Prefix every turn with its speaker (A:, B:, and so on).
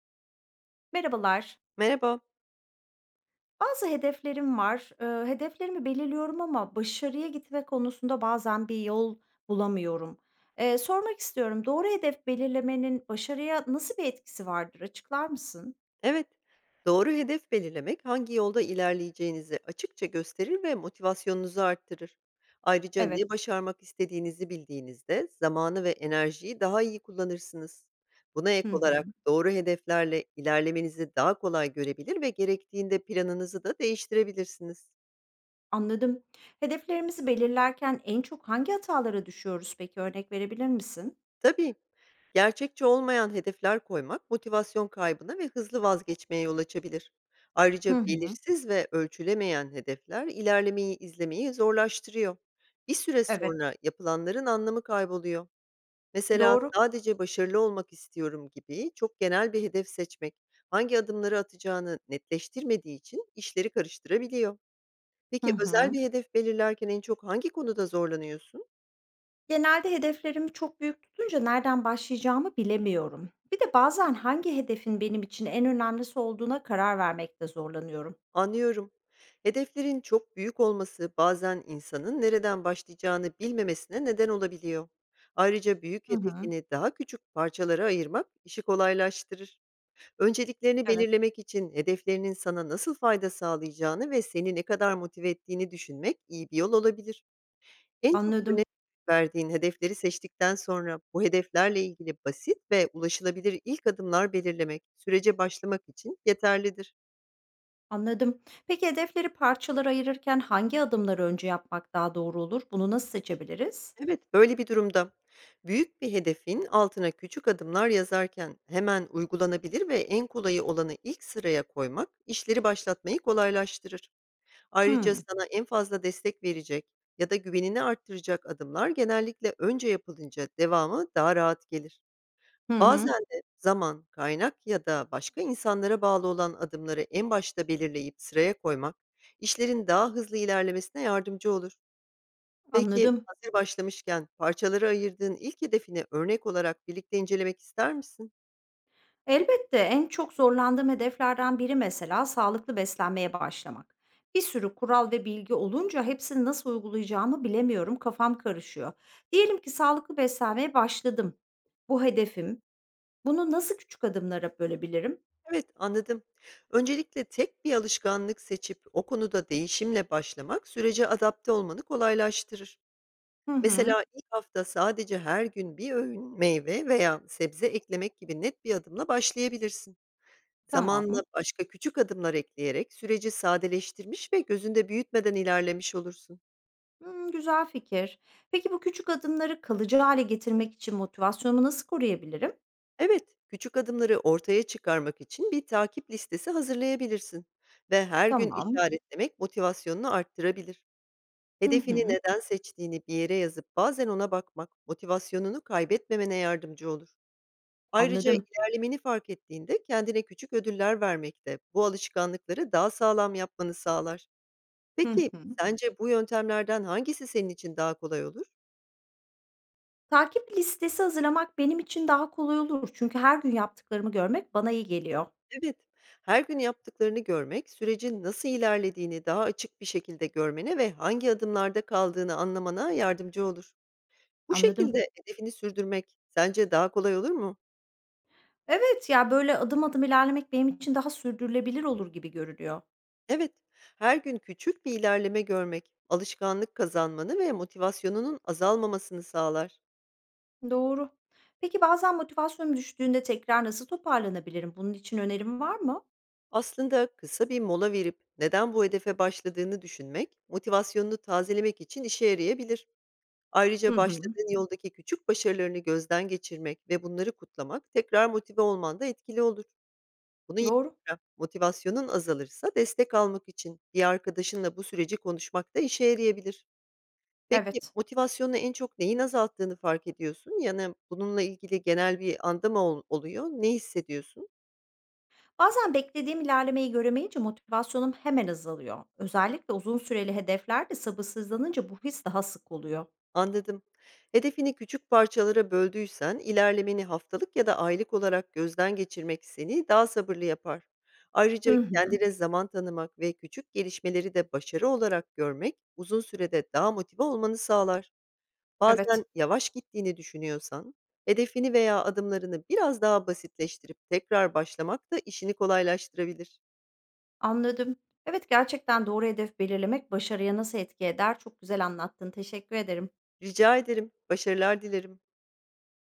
A: Merhabalar.
B: Merhaba.
A: Bazı hedeflerim var. Hedeflerimi belirliyorum ama başarıya gitme konusunda bazen bir yol bulamıyorum. Sormak istiyorum, doğru hedef belirlemenin başarıya nasıl bir etkisi vardır? Açıklar mısın?
B: Evet, doğru hedef belirlemek hangi yolda ilerleyeceğinizi açıkça gösterir ve motivasyonunuzu arttırır. Ayrıca
A: Evet.
B: ne başarmak istediğinizi bildiğinizde zamanı ve enerjiyi daha iyi kullanırsınız. Buna ek
A: Hı hı.
B: olarak doğru hedeflerle ilerlemenizi daha kolay görebilir ve gerektiğinde planınızı da değiştirebilirsiniz.
A: Anladım. Hedeflerimizi belirlerken en çok hangi hatalara düşüyoruz peki? Örnek verebilir misin?
B: Tabii. Gerçekçi olmayan hedefler koymak motivasyon kaybına ve hızlı vazgeçmeye yol açabilir. Ayrıca
A: Hı hı.
B: belirsiz ve ölçülemeyen hedefler ilerlemeyi izlemeyi zorlaştırıyor. Bir süre
A: Evet.
B: sonra yapılanların anlamı kayboluyor. Mesela
A: Doğru.
B: sadece başarılı olmak istiyorum gibi çok genel bir hedef seçmek, hangi adımları atacağını netleştirmediği için işleri karıştırabiliyor.
A: Hı
B: Peki özel
A: hı.
B: bir hedef belirlerken en çok hangi konuda zorlanıyorsun?
A: Genelde hedeflerimi çok büyük tutunca nereden başlayacağımı bilemiyorum. Bir de bazen hangi hedefin benim için en önemlisi olduğuna karar vermekte zorlanıyorum.
B: Anlıyorum. Hedeflerin çok büyük olması bazen insanın nereden başlayacağını bilmemesine neden olabiliyor. Ayrıca büyük
A: Hı hı.
B: hedefini daha küçük parçalara ayırmak işi kolaylaştırır. Önceliklerini
A: Evet.
B: belirlemek için hedeflerinin sana nasıl fayda sağlayacağını ve seni ne kadar motive ettiğini düşünmek iyi bir yol olabilir. En çok önem
A: Anladım,
B: verdiğin hedefleri seçtikten sonra bu hedeflerle ilgili basit ve ulaşılabilir ilk adımlar belirlemek sürece başlamak için yeterlidir.
A: anladım. Peki hedefleri parçalara ayırırken hangi adımları önce yapmak daha doğru olur? Bunu nasıl seçebiliriz?
B: Evet, böyle bir durumda büyük bir hedefin altına küçük adımlar yazarken hemen uygulanabilir ve en kolayı olanı ilk sıraya koymak işleri başlatmayı kolaylaştırır. Ayrıca
A: Hmm,
B: sana en fazla destek verecek ya da güvenini arttıracak adımlar genellikle önce yapılınca devamı daha rahat gelir.
A: hı hı,
B: Bazen de zaman, kaynak ya da başka insanlara bağlı olan adımları en başta belirleyip sıraya koymak işlerin daha hızlı ilerlemesine yardımcı olur. Peki,
A: anladım.
B: hazır başlamışken parçalara ayırdığın ilk hedefini örnek olarak birlikte incelemek ister misin?
A: Elbette en çok zorlandığım hedeflerden biri mesela sağlıklı beslenmeye başlamak. Bir sürü kural ve bilgi olunca hepsini nasıl uygulayacağımı bilemiyorum, kafam karışıyor. Diyelim ki sağlıklı beslenmeye başladım. Bu hedefim. Bunu nasıl küçük adımlara bölebilirim?
B: Evet, anladım. Öncelikle tek bir alışkanlık seçip o konuda değişimle başlamak sürece adapte olmanı kolaylaştırır.
A: Hı hı,
B: Mesela ilk hafta sadece her gün bir öğün meyve veya sebze eklemek gibi net bir adımla başlayabilirsin. Zamanla
A: tamam.
B: başka küçük adımlar ekleyerek süreci sadeleştirmiş ve gözünde büyütmeden ilerlemiş olursun.
A: Hmm, güzel fikir. Peki bu küçük adımları kalıcı hale getirmek için motivasyonumu nasıl koruyabilirim?
B: Evet, küçük adımları ortaya çıkarmak için bir takip listesi hazırlayabilirsin ve her gün
A: Tamam.
B: işaretlemek motivasyonunu arttırabilir.
A: Hı
B: Hedefini
A: hı,
B: neden seçtiğini bir yere yazıp bazen ona bakmak motivasyonunu kaybetmemene yardımcı olur. Ayrıca
A: anladım.
B: ilerlemeni fark ettiğinde kendine küçük ödüller vermek de bu alışkanlıkları daha sağlam yapmanı sağlar.
A: Hı
B: Peki
A: hı.
B: sence bu yöntemlerden hangisi senin için daha kolay olur?
A: Takip listesi hazırlamak benim için daha kolay olur. Çünkü her gün yaptıklarımı görmek bana iyi geliyor.
B: Evet, her gün yaptıklarını görmek, sürecin nasıl ilerlediğini daha açık bir şekilde görmene ve hangi adımlarda kaldığını anlamana yardımcı olur. Bu
A: Anladım.
B: şekilde hedefini sürdürmek sence daha kolay olur mu?
A: Evet ya böyle adım adım ilerlemek benim için daha sürdürülebilir olur gibi görünüyor.
B: Evet, her gün küçük bir ilerleme görmek, alışkanlık kazanmanı ve motivasyonunun azalmamasını sağlar.
A: Doğru. Peki bazen motivasyonum düştüğünde tekrar nasıl toparlanabilirim? Bunun için önerim var mı?
B: Aslında kısa bir mola verip neden bu hedefe başladığını düşünmek, motivasyonunu tazelemek için işe yarayabilir. Ayrıca
A: Hı hı.
B: başladığın yoldaki küçük başarılarını gözden geçirmek ve bunları kutlamak tekrar motive olmanda etkili olur. Bunun
A: Doğru.
B: yanında motivasyonun azalırsa destek almak için bir arkadaşınla bu süreci konuşmak da işe yarayabilir. Peki
A: Evet.
B: motivasyonu en çok neyin azalttığını fark ediyorsun? Yani bununla ilgili genel bir anda mı oluyor? Ne hissediyorsun?
A: Bazen beklediğim ilerlemeyi göremeyince motivasyonum hemen azalıyor. Özellikle uzun süreli hedeflerde sabırsızlanınca bu his daha sık oluyor.
B: Anladım. Hedefini küçük parçalara böldüysen ilerlemeni haftalık ya da aylık olarak gözden geçirmek seni daha sabırlı yapar. Ayrıca
A: Hı hı.
B: kendine zaman tanımak ve küçük gelişmeleri de başarı olarak görmek uzun sürede daha motive olmanı sağlar. Bazen
A: Evet.
B: yavaş gittiğini düşünüyorsan, hedefini veya adımlarını biraz daha basitleştirip tekrar başlamak da işini kolaylaştırabilir.
A: Anladım. Evet, gerçekten doğru hedef belirlemek başarıya nasıl etki eder? Çok güzel anlattın. Teşekkür ederim.
B: Rica ederim, başarılar dilerim.